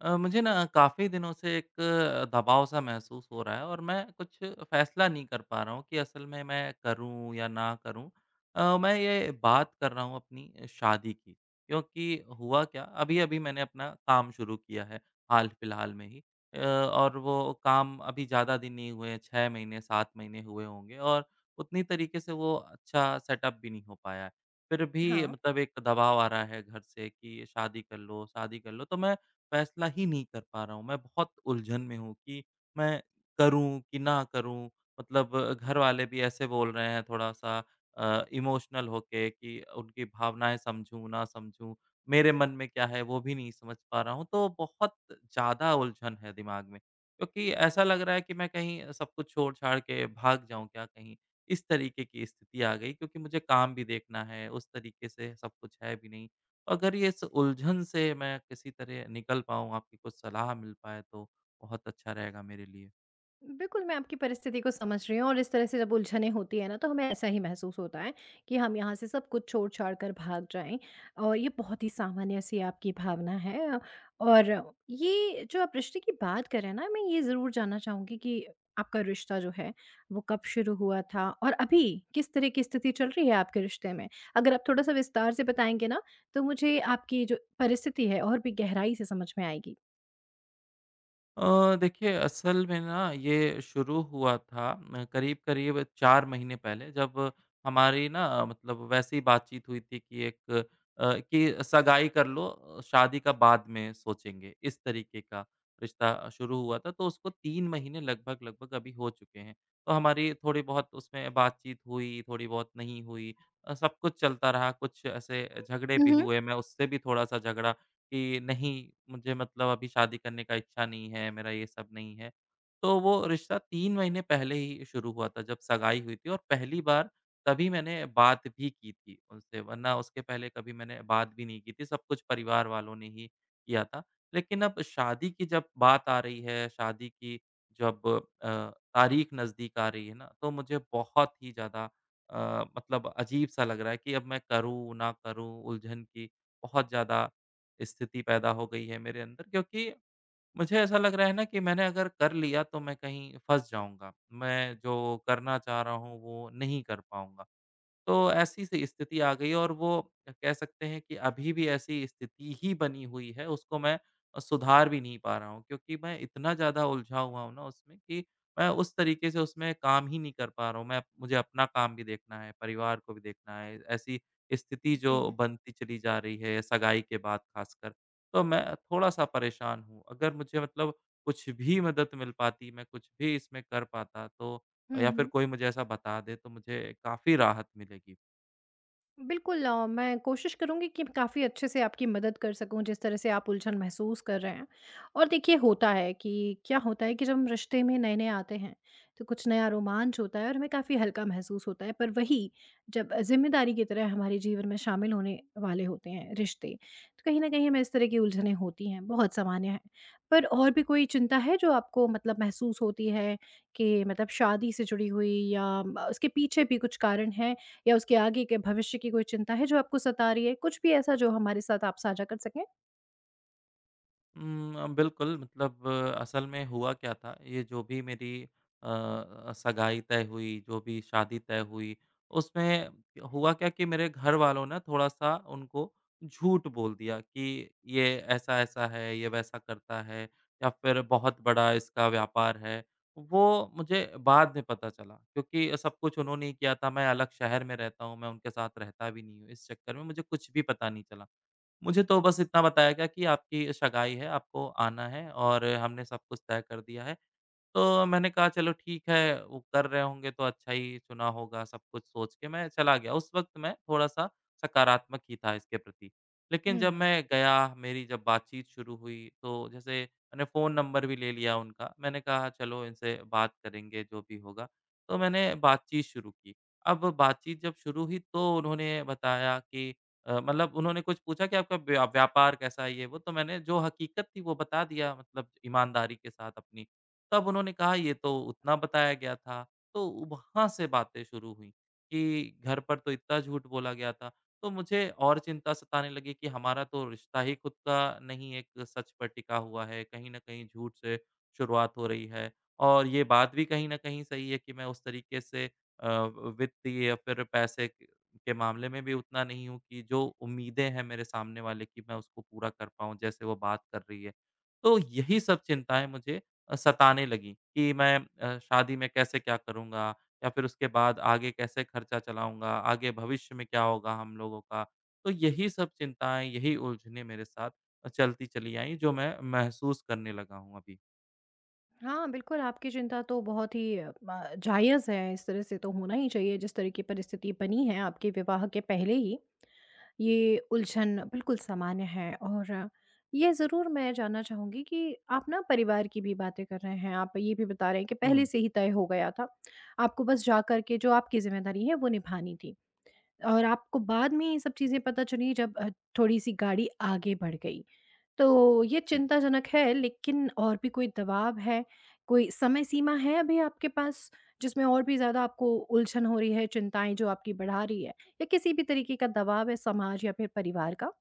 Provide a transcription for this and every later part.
मुझे ना काफ़ी दिनों से एक दबाव-सा महसूस हो रहा है और मैं कुछ फ़ैसला नहीं कर पा रहा हूँ कि असल में मैं करूँ या ना करूँ। मैं ये बात कर रहा हूँ अपनी शादी की, क्योंकि हुआ क्या, अभी-अभी मैंने अपना काम शुरू किया है, हाल-फिलहाल में ही। और वो काम अभी ज़्यादा दिन नहीं हुए हैं, 6 महीने, 7 महीने हुए होंगे और उतनी तरीके से वो अच्छा सेटअप भी नहीं हो पाया है। फिर भी हाँ, मतलब एक दबाव आ रहा है घर से कि शादी कर लो, शादी कर लो। तो मैं फ़ैसला ही नहीं कर पा रहा हूँ। मैं बहुत उलझन में हूँ कि मैं करूँ कि ना करूँ? मतलब घर वाले भी ऐसे बोल रहे हैं थोड़ा-सा इमोशनल होके कि उनकी भावनाएँ समझूँ, ना समझूँ? मेरे मन में क्या है वो भी नहीं समझ पा रहा हूँ। तो बहुत ज़्यादा उलझन है दिमाग में, क्योंकि ऐसा लग रहा है कि मैं कहीं सब कुछ छोड़-छाड़ के भाग जाऊँ क्या कहीं? इस तरीके की स्थिति आ गई क्योंकि मुझे काम भी देखना है, उस तरीके से सब कुछ है भी नहीं। तो अगर ये इस उलझन से मैं किसी तरह निकल पाऊँ, आपकी कुछ सलाह मिल पाए तो बहुत अच्छा रहेगा मेरे लिए। बिल्कुल मैं आपकी परिस्थिति को समझ रही हूँ। और इस तरह से जब उलझनें होती है ना, तो हमें ऐसा ही महसूस होता है कि हम यहाँ से सब कुछ छोड़ छाड़ कर भाग जाएं। और ये बहुत ही सामान्य सी आपकी भावना है। और ये जो आप रिश्ते की बात करें ना, मैं ये ज़रूर जानना चाहूँगी कि आपका रिश्ता जो है वो कब शुरू हुआ था और अभी किस तरह की स्थिति चल रही है आपके रिश्ते में। अगर आप थोड़ा सा विस्तार से बताएंगे ना, तो मुझे आपकी जो परिस्थिति है और भी गहराई से समझ में आएगी। देखिए असल में ना ये शुरू हुआ था करीब-करीब 4 महीने पहले जब हमारी ना मतलब वैसे ही बातचीत हुई थी कि एक कि सगाई कर लो शादी का बाद में सोचेंगे, इस तरीके का रिश्ता शुरू हुआ था। तो उसको 3 महीने लगभग-लगभग अभी हो चुके हैं। तो हमारी थोड़ी बहुत उसमें बातचीत हुई, थोड़ी बहुत नहीं हुई। सब कुछ चलता रहा, कुछ ऐसे झगड़े भी हम्म। हुए, मैं उससे भी थोड़ा-सा झगड़ा कि नहीं, मुझे मतलब अभी शादी करने का इच्छा नहीं है, मेरा ये सब नहीं है। तो वो रिश्ता 3 महीने पहले ही शुरू हुआ था जब सगाई हुई थी और पहली बार तभी मैंने बात भी की थी उनसे, वरना उसके पहले कभी मैंने बात भी नहीं की थी, सब कुछ परिवार वालों ने ही किया था। लेकिन अब शादी की जब बात आ रही है, शादी की जब अ, तारीख नज़दीक आ रही है ना, तो मुझे बहुत ही ज़्यादा मतलब अजीब-सा लग रहा है कि अब मैं करूँ, ना करूँ, उलझन की बहुत ज़्यादा स्थिति पैदा हो गई है मेरे अंदर क्योंकि मुझे ऐसा लग रहा है ना कि मैंने अगर कर लिया तो मैं कहीं फँस जाऊँगा। मैं जो करना चाह रहा हूँ वो नहीं कर पाऊँगा। तो ऐसी सी स्थिति आ गई और वो कह सकते हैं कि अभी भी ऐसी स्थिति ही बनी हुई है, उसको मैं सुधार भी नहीं पा रहा हूँ क्योंकि मैं इतना ज़्यादा उलझा हुआ हूँ ना उसमें कि मैं उस तरीके से उसमें काम ही नहीं कर पा रहा हूँ। मैं मुझे अपना काम भी देखना है, परिवार को भी देखना है। ऐसी स्थिति जी जो जी। बनती चली जा रही है, सगाई के बाद ख़ासकर, तो मैं थोड़ा-सा परेशान हूँ। अगर मुझे मतलब कुछ भी मदद मिल पाती, मैं कुछ भी इसमें कर पाता तो या फिर हम्म। कोई मुझे ऐसा बता दे तो मुझे काफ़ी राहत मिलेगी। बिल्कुल। मैं कोशिश करूँगी कि काफ़ी अच्छे से आपकी मदद कर सकूँ, जिस तरह से आप उलझन महसूस कर रहे हैं। और देखिए, होता है कि क्या होता है कि जब हम रिश्ते में नए-नए आते हैं, तो कुछ नया रोमांच होता है और हमें काफ़ी हल्का महसूस होता है। पर वही, जब ज़िम्मेदारी की तरह हमारे जीवन में शामिल होने वाले होते हैं रिश्ते, तो कहीं न कहीं हमें इस तरह की उलझनें होती हैं, बहुत सामान्य है। पर और भी कोई चिंता है जो आपको मतलब महसूस होती है कि मतलब शादी से जुड़ी हुई, या म उसके पीछे भी कुछ कारण है, या उसके आगे के भविष्य की कोई चिंता है जो आपको सता रही है? कुछ भी ऐसा जो हमारे साथ आप साझा कर सकें? बिल्कुल मतलब असल में हुआ क्या था, ये जो भी मेरी सगाई तय हुई, जो भी शादी तय हुई, उसमें हुआ क्या कि मेरे घर वालों ने थोड़ा-सा उनको झूठ बोल दिया कि ये ऐसा-ऐसा है, ये वैसा करता है या फिर बहुत बड़ा इसका व्यापार है। वो मुझे बाद में पता चला क्योंकि सब कुछ उन्होंने ही किया था, मैं अलग शहर में रहता हूँ, मैं उनके साथ रहता भी नहीं हूँ। इस चक्कर में मुझे कुछ भी पता नहीं चला। मुझे तो बस इतना बताया गया कि आपकी शगाई है, आपको आना है और हमने सब कुछ तय कर दिया है। तो मैंने कहा चलो ठीक है, वो कर रहे होंगे तो अच्छा ही चुना होगा सब कुछ सोच के मैं चला गया। उस वक़्त मैं थोड़ा-सा सकारात्मक ही था इसके प्रति। लेकिन जब हुँ। मैं गया, मेरी जब बातचीत शुरू हुई तो जैसे मैंने फ़ोन नंबर भी ले लिया उनका। मैंने कहा चलो इनसे बात करेंगे जो भी होगा। तो मैंने बातचीत शुरू की। अब बातचीत जब शुरू हुई तो उन्होंने बताया कि मतलब उन्होंने कुछ पूछा कि आपका व्यापार कैसा है ये वो? तो मैंने जो हकीकत थी वो बता दिया मतलब ईमानदारी के साथ अपनी। तब उन्होंने कहा ये तो उतना बताया गया था। तो वहाँ से बातें शुरू हुई कि घर पर तो इतना झूठ बोला गया था। तो मुझे और चिंता सताने लगी कि हमारा तो रिश्ता ही खुद का नहीं एक सच पर टिका हुआ है, कहीं न कहीं झूठ से शुरुआत हो रही है। और ये बात भी कहीं न कहीं सही है कि मैं उस तरीके से वित्तीय या फिर पैसे क के मामले में भी उतना नहीं हूँ कि जो उम्मीदें हैं मेरे सामने वाले की मैं उसको पूरा कर पाऊँ जैसे वो बात कर रही है। तो यही सब चिंताएँ मुझे सताने लगी कि मैं शादी में कैसे क्या करूँगा? या फिर उसके बाद आगे कैसे खर्चा चलाऊँगा? आगे भविष्य में क्या होगा हम लोगों का? तो यही सब चिंताएँ, यही उलझनें मेरे साथ चलती चली आईं जो मैं महसूस करने लगा हूँ अभी। हाँ, बिल्कुल आपकी चिंता तो बहुत ही अ, म जायज़ है। इस तरह से तो होना ही चाहिए, जिस तरह की परिस्थिति बनी है आपके विवाह के पहले ही। ये उलझन बिल्कुल सामान्य है। और ये ज़रूर मैं जानना चाहूँगी कि आप ना परिवार की भी बातें कर रहे हैं, आप ये भी बता रहे हैं कि पहले हुँ, से ही तय हो गया था। आपको बस जा कर के जो आपकी ज़िम्मेदारी है वो निभानी थी। और आपको बाद में ये सब चीज़ें पता चली, जब थोड़ी-सी गाड़ी आगे बढ़ गई। तो ये जी। चिंताजनक है, लेकिन और भी कोई दबाव है, कोई समय सीमा है अभी आपके पास जिसमें और भी ज़्यादा आपको उलझन हो रही है, चिंताएँ जो आपकी बढ़ा रही है, या किसी भी तरीके का दबाव है समाज या फिर परिवार का?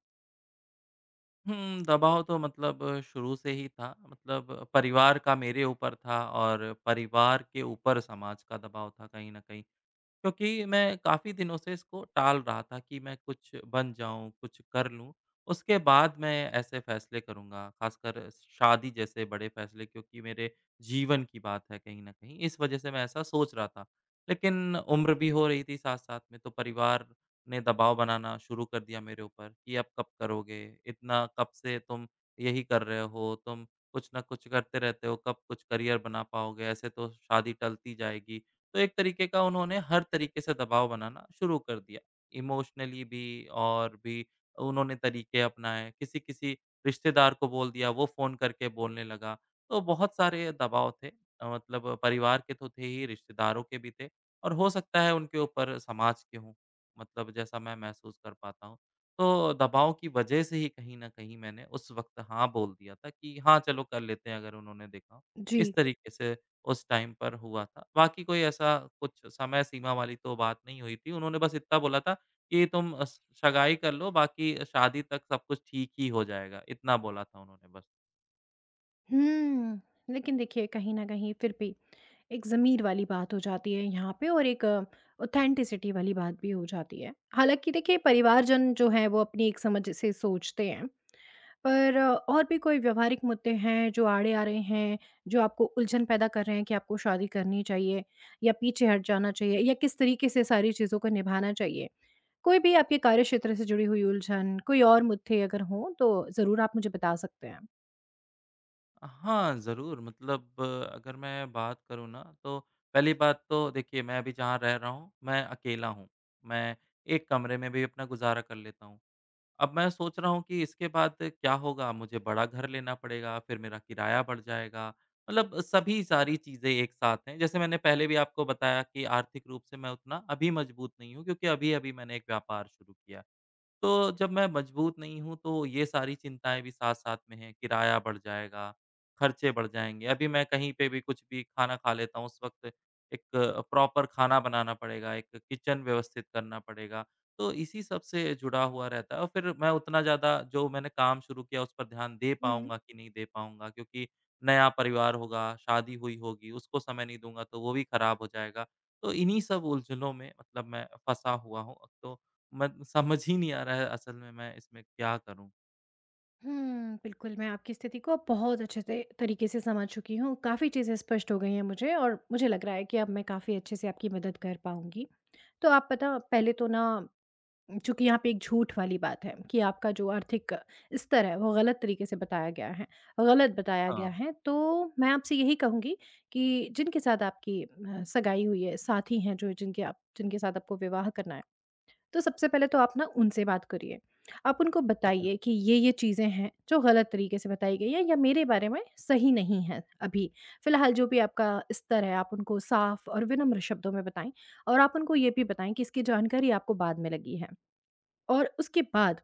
हुँ, दबाव तो मतलब शुरू से ही था मतलब परिवार का मेरे ऊपर था और परिवार के ऊपर समाज का दबाव था कहीं न कहीं। क्योंकि मैं काफ़ी दिनों से इसको टाल रहा था कि मैं कुछ बन जाऊँ, कुछ कर लूँ, उसके बाद मैं ऐसे फ़ैसले करूँगा, ख़ासकर शादी जैसे बड़े फ़ैसले क्योंकि मेरे जीवन की बात है कहीं न कहीं, इस वजह से मैं ऐसा सोच रहा था। लेकिन उम्र भी हो रही थी साथ-साथ में, तो परिवार ने दबाव बनाना शुरू कर दिया मेरे ऊपर कि, "अब कब करोगे? इतना कब से तुम यही कर रहे हो? तुम कुछ ना कुछ करते रहते हो, कब कुछ करियर बना पाओगे? ऐसे तो शादी टलती जाएगी।" तो एक तरीके का उन्होंने हर तरीके से दबाव बनाना शुरू कर दिया। इमोशनली भी और भी उन्होंने तरीके अपनाए। किसी-किसी रिश्तेदार को बोल दिया, वो फ़ोन करके बोलने लगा। तो बहुत सारे दबाव थे मतलब परिवार के तो थे ही, रिश्तेदारों के भी थे और हो सकता है उनके ऊपर समाज के हों, मतलब जैसा मैं महसूस कर पाता हूँ। तो दबाव की वजह से ही कहीं न कहीं मैंने उस वक़्त हाँ बोल दिया था कि हाँ, चलो कर लेते हैं अगर उन्होंने देखा हो। जी। इस तरीके से उस टाइम पर हुआ था। बाकी कोई ऐसा कुछ समय सीमा वाली तो बात नहीं हुई थी। उन्होंने बस इतना बोला था कि तुम अ, स सगाई कर लो बाकी शादी तक सब कुछ ठीक ही हो जाएगा, इतना बोला था उन्होंने बस। हुँ, लेकिन देखिए कहीं न कहीं फिर भी एक ज़मीर वाली बात हो जाती है यहाँ पे, और एक ऑथेंटिसिटी वाली बात भी हो जाती है। हालाँकि देखिए परिवारजन जो हैं वो अपनी एक समझ से सोचते हैं, पर और भी कोई व्यवहारिक मुद्दे हैं जो आड़े आ रहे हैं, जो आपको उलझन पैदा कर रहे हैं कि आपको शादी करनी चाहिए या पीछे हट जाना चाहिए, या किस तरीके से सारी चीज़ों को निभाना चाहिए? कोई भी आपके कार्यक्षेत्र से जुड़ी हुई उलझन, कोई और मुद्दे अगर हों तो ज़रूर आप मुझे बता सकते हैं। हाँ, ज़रूर मतलब अगर मैं बात करूँ ना तो पहली बात तो देखिए मैं अभी जहाँ रह रहा हूँ, मैं अकेला हूँ। मैं एक कमरे में भी अपना गुज़ारा कर लेता हूँ। अब मैं सोच रहा हूँ कि इसके बाद क्या होगा? मुझे बड़ा घर लेना पड़ेगा, फिर मेरा किराया बढ़ जाएगा। मतलब सभी सारी चीज़ें एक साथ हैं। जैसे मैंने पहले भी आपको बताया कि आर्थिक रूप से मैं उतना अभी मजबूत नहीं हूँ क्योंकि अभी-अभी मैंने एक व्यापार शुरू किया। है। तो जब मैं मजबूत नहीं हूँ, तो ये सारी चिंताएँ भी साथ-साथ में हैं, किराया बढ़ जाएगा, खर्चे बढ़ जाएँगे। अभी मैं कहीं पे भी कुछ भी खाना खा लेता हूँ, उस वक़्त एक प्रॉपर खाना बनाना पड़ेगा, एक किचन व्यवस्थित करना पड़ेगा। तो इसी सब से जुड़ा हुआ रहता है और फिर मैं उतना ज़्यादा जो मैंने काम शुरू किया, उस पर ध्यान दे पाऊँगा कि नहीं दे पाऊँगा क्योंकि नया परिवार होगा, शादी हुई होगी, उसको समय नहीं दूँगा, तो वो भी खराब हो जाएगा। तो इन्हीं सब उलझनों में मतलब मैं फँसा हुआ हूँ। तो मत समझ ही नहीं आ रहा है असल में मैं इसमें क्या करूँ? हुँ, बिल्कुल, मैं आपकी स्थिति को बहुत अच्छे से तरीके से समझ चुकी हूँ। काफ़ी चीज़ें स्पष्ट हो गई हैं मुझे, और मुझे लग रहा है कि अब मैं काफ़ी अच्छे से आपकी मदद कर पाऊँगी। तो आप पता पहले तो ना, चूँकि यहाँ पे एक झूठ वाली बात है कि आपका जो आर्थिक स्तर है, वो गलत बताया गया हाँ। है। तो मैं आपसे यही कहूँगी कि जिनके साथ आपकी सगाई हुई है, साथी हैं जो जिनके साथ आपको विवाह करना है, तो सबसे पहले तो आप ना उनसे बात करिए। आप उनको अच्छा। बताइए कि ये-ये चीज़ें हैं जो गलत तरीके से बताई गई हैं, या मेरे बारे में सही नहीं है अभी। फ़िलहाल जो भी आपका स्तर है, आप उनको साफ और विनम्र शब्दों में बताएँ, और आप उनको ये भी बताएँ कि इसकी जानकारी आपको बाद में लगी है। और उसके बाद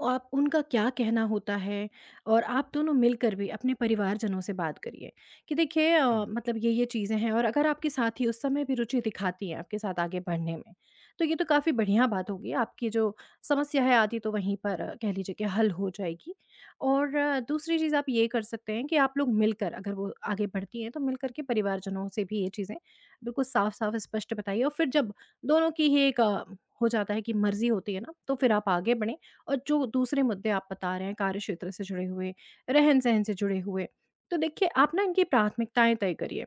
और आप उनका क्या कहना होता है, और आप दोनों मिलकर भी अपने परिवारजनों से बात करिए कि देखिए हुँ, मतलब ये चीज़ें हैं। और अगर आपके साथी उस समय भी रुचि दिखाती हैं आपके साथ आगे बढ़ने में, तो ये तो काफ़ी बढ़िया बात होगी। आपकी जो समस्या है आती, तो वहीं पर कह लीजिए कि हल हो जाएगी। और दूसरी चीज़ आप ये कर सकते हैं कि आप लोग मिलकर, अगर वो आगे बढ़ती हैं तो मिलकर के परिवारजनों से भी ये चीज़ें बिल्कुल साफ साफ स्पष्ट बताइए। और फिर जब दोनों की ही एक हो जाता है कि मर्जी होती है ना, तो फिर आप आगे बढ़ें। और जो दूसरे मुद्दे आप बता रहे हैं कार्य क्षेत्र से जुड़े हुए, रहन-सहन से जुड़े हुए, तो देखिए आप ना इनकी प्राथमिकताएँ तय करिए।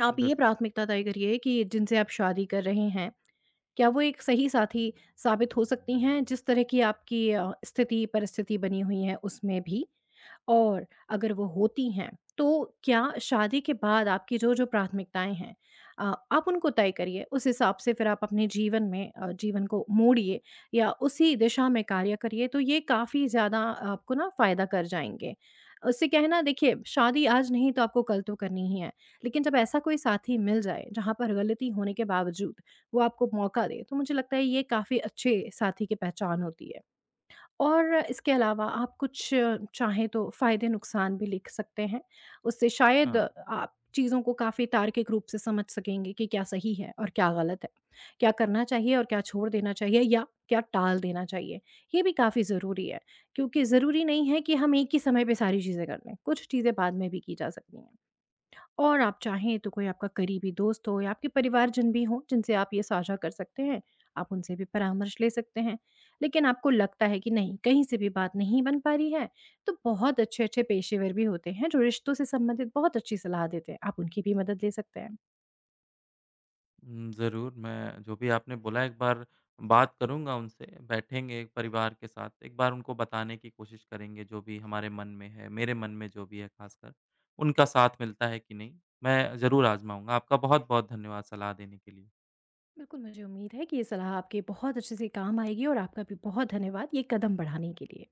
आप ये बिल्कुल, प्राथमिकता तय करिए कि जिनसे आप शादी कर रहे हैं, क्या वो एक सही साथी साबित हो सकती हैं जिस तरह की आपकी स्थिति परिस्थिति बनी हुई है उसमें भी? और अगर वो होती हैं, तो क्या शादी के बाद आपकी जो-जो प्राथमिकताएँ हैं, अ, आप उनको तय करिए। उस हिसाब से फिर आप अपने जीवन को मोड़िए या उसी दिशा में कार्य करिए, तो ये काफ़ी ज़्यादा आपको ना फ़ायदा कर जाएँगे। उससे क्या है ना, देखिए, शादी आज नहीं तो आपको कल तो करनी ही है, लेकिन जब ऐसा कोई साथी मिल जाए जहाँ पर गलती होने के बावजूद वो आपको मौका दे, तो मुझे लगता है ये काफ़ी अच्छे साथी की पहचान होती है। और इसके अलावा आप कुछ चाहें तो फ़ायदे-नुकसान भी लिख सकते हैं। उससे शायद हाँ। आप चीज़ों को काफ़ी तार्किक रूप से समझ सकेंगे कि क्या सही है और क्या गलत है, क्या करना चाहिए और क्या छोड़ देना चाहिए या क्या टाल देना चाहिए। ये भी काफ़ी ज़रूरी है, क्योंकि ज़रूरी नहीं है कि हम एक ही समय पे सारी चीज़ें कर लें, कुछ चीज़ें बाद में भी की जा सकती हैं। और आप चाहें तो कोई आपका करीबी दोस्त हो या आपके परिवारजन भी हों जिनसे आप ये साझा कर सकते हैं, आप उनसे भी परामर्श ले सकते हैं। लेकिन आपको लगता है कि नहीं, कहीं से भी बात नहीं बन पा रही है, तो बहुत अच्छे-अच्छे पेशेवर भी होते हैं जो रिश्तों से संबंधित बहुत अच्छी सलाह देते हैं, आप उनकी भी मदद ले सकते हैं। हुँ, ज़रूर मैं जो भी आपने बोला एक बार बात करूँगा उनसे, बैठेंगे एक परिवार के साथ, एक बार उनको बताने की कोशिश करेंगे जो भी हमारे मन में है, मेरे मन में जो भी है ख़ासकर, उनका साथ मिलता है कि नहीं, मैं ज़रूर आज़माऊँगा। आपका बहुत-बहुत धन्यवाद सलाह देने के लिए। बिल्कुल, मुझे उम्मीद है कि ये सलाह आपके बहुत अच्छे से काम आएगी, और आपका भी बहुत धन्यवाद ये कदम बढ़ाने के लिए।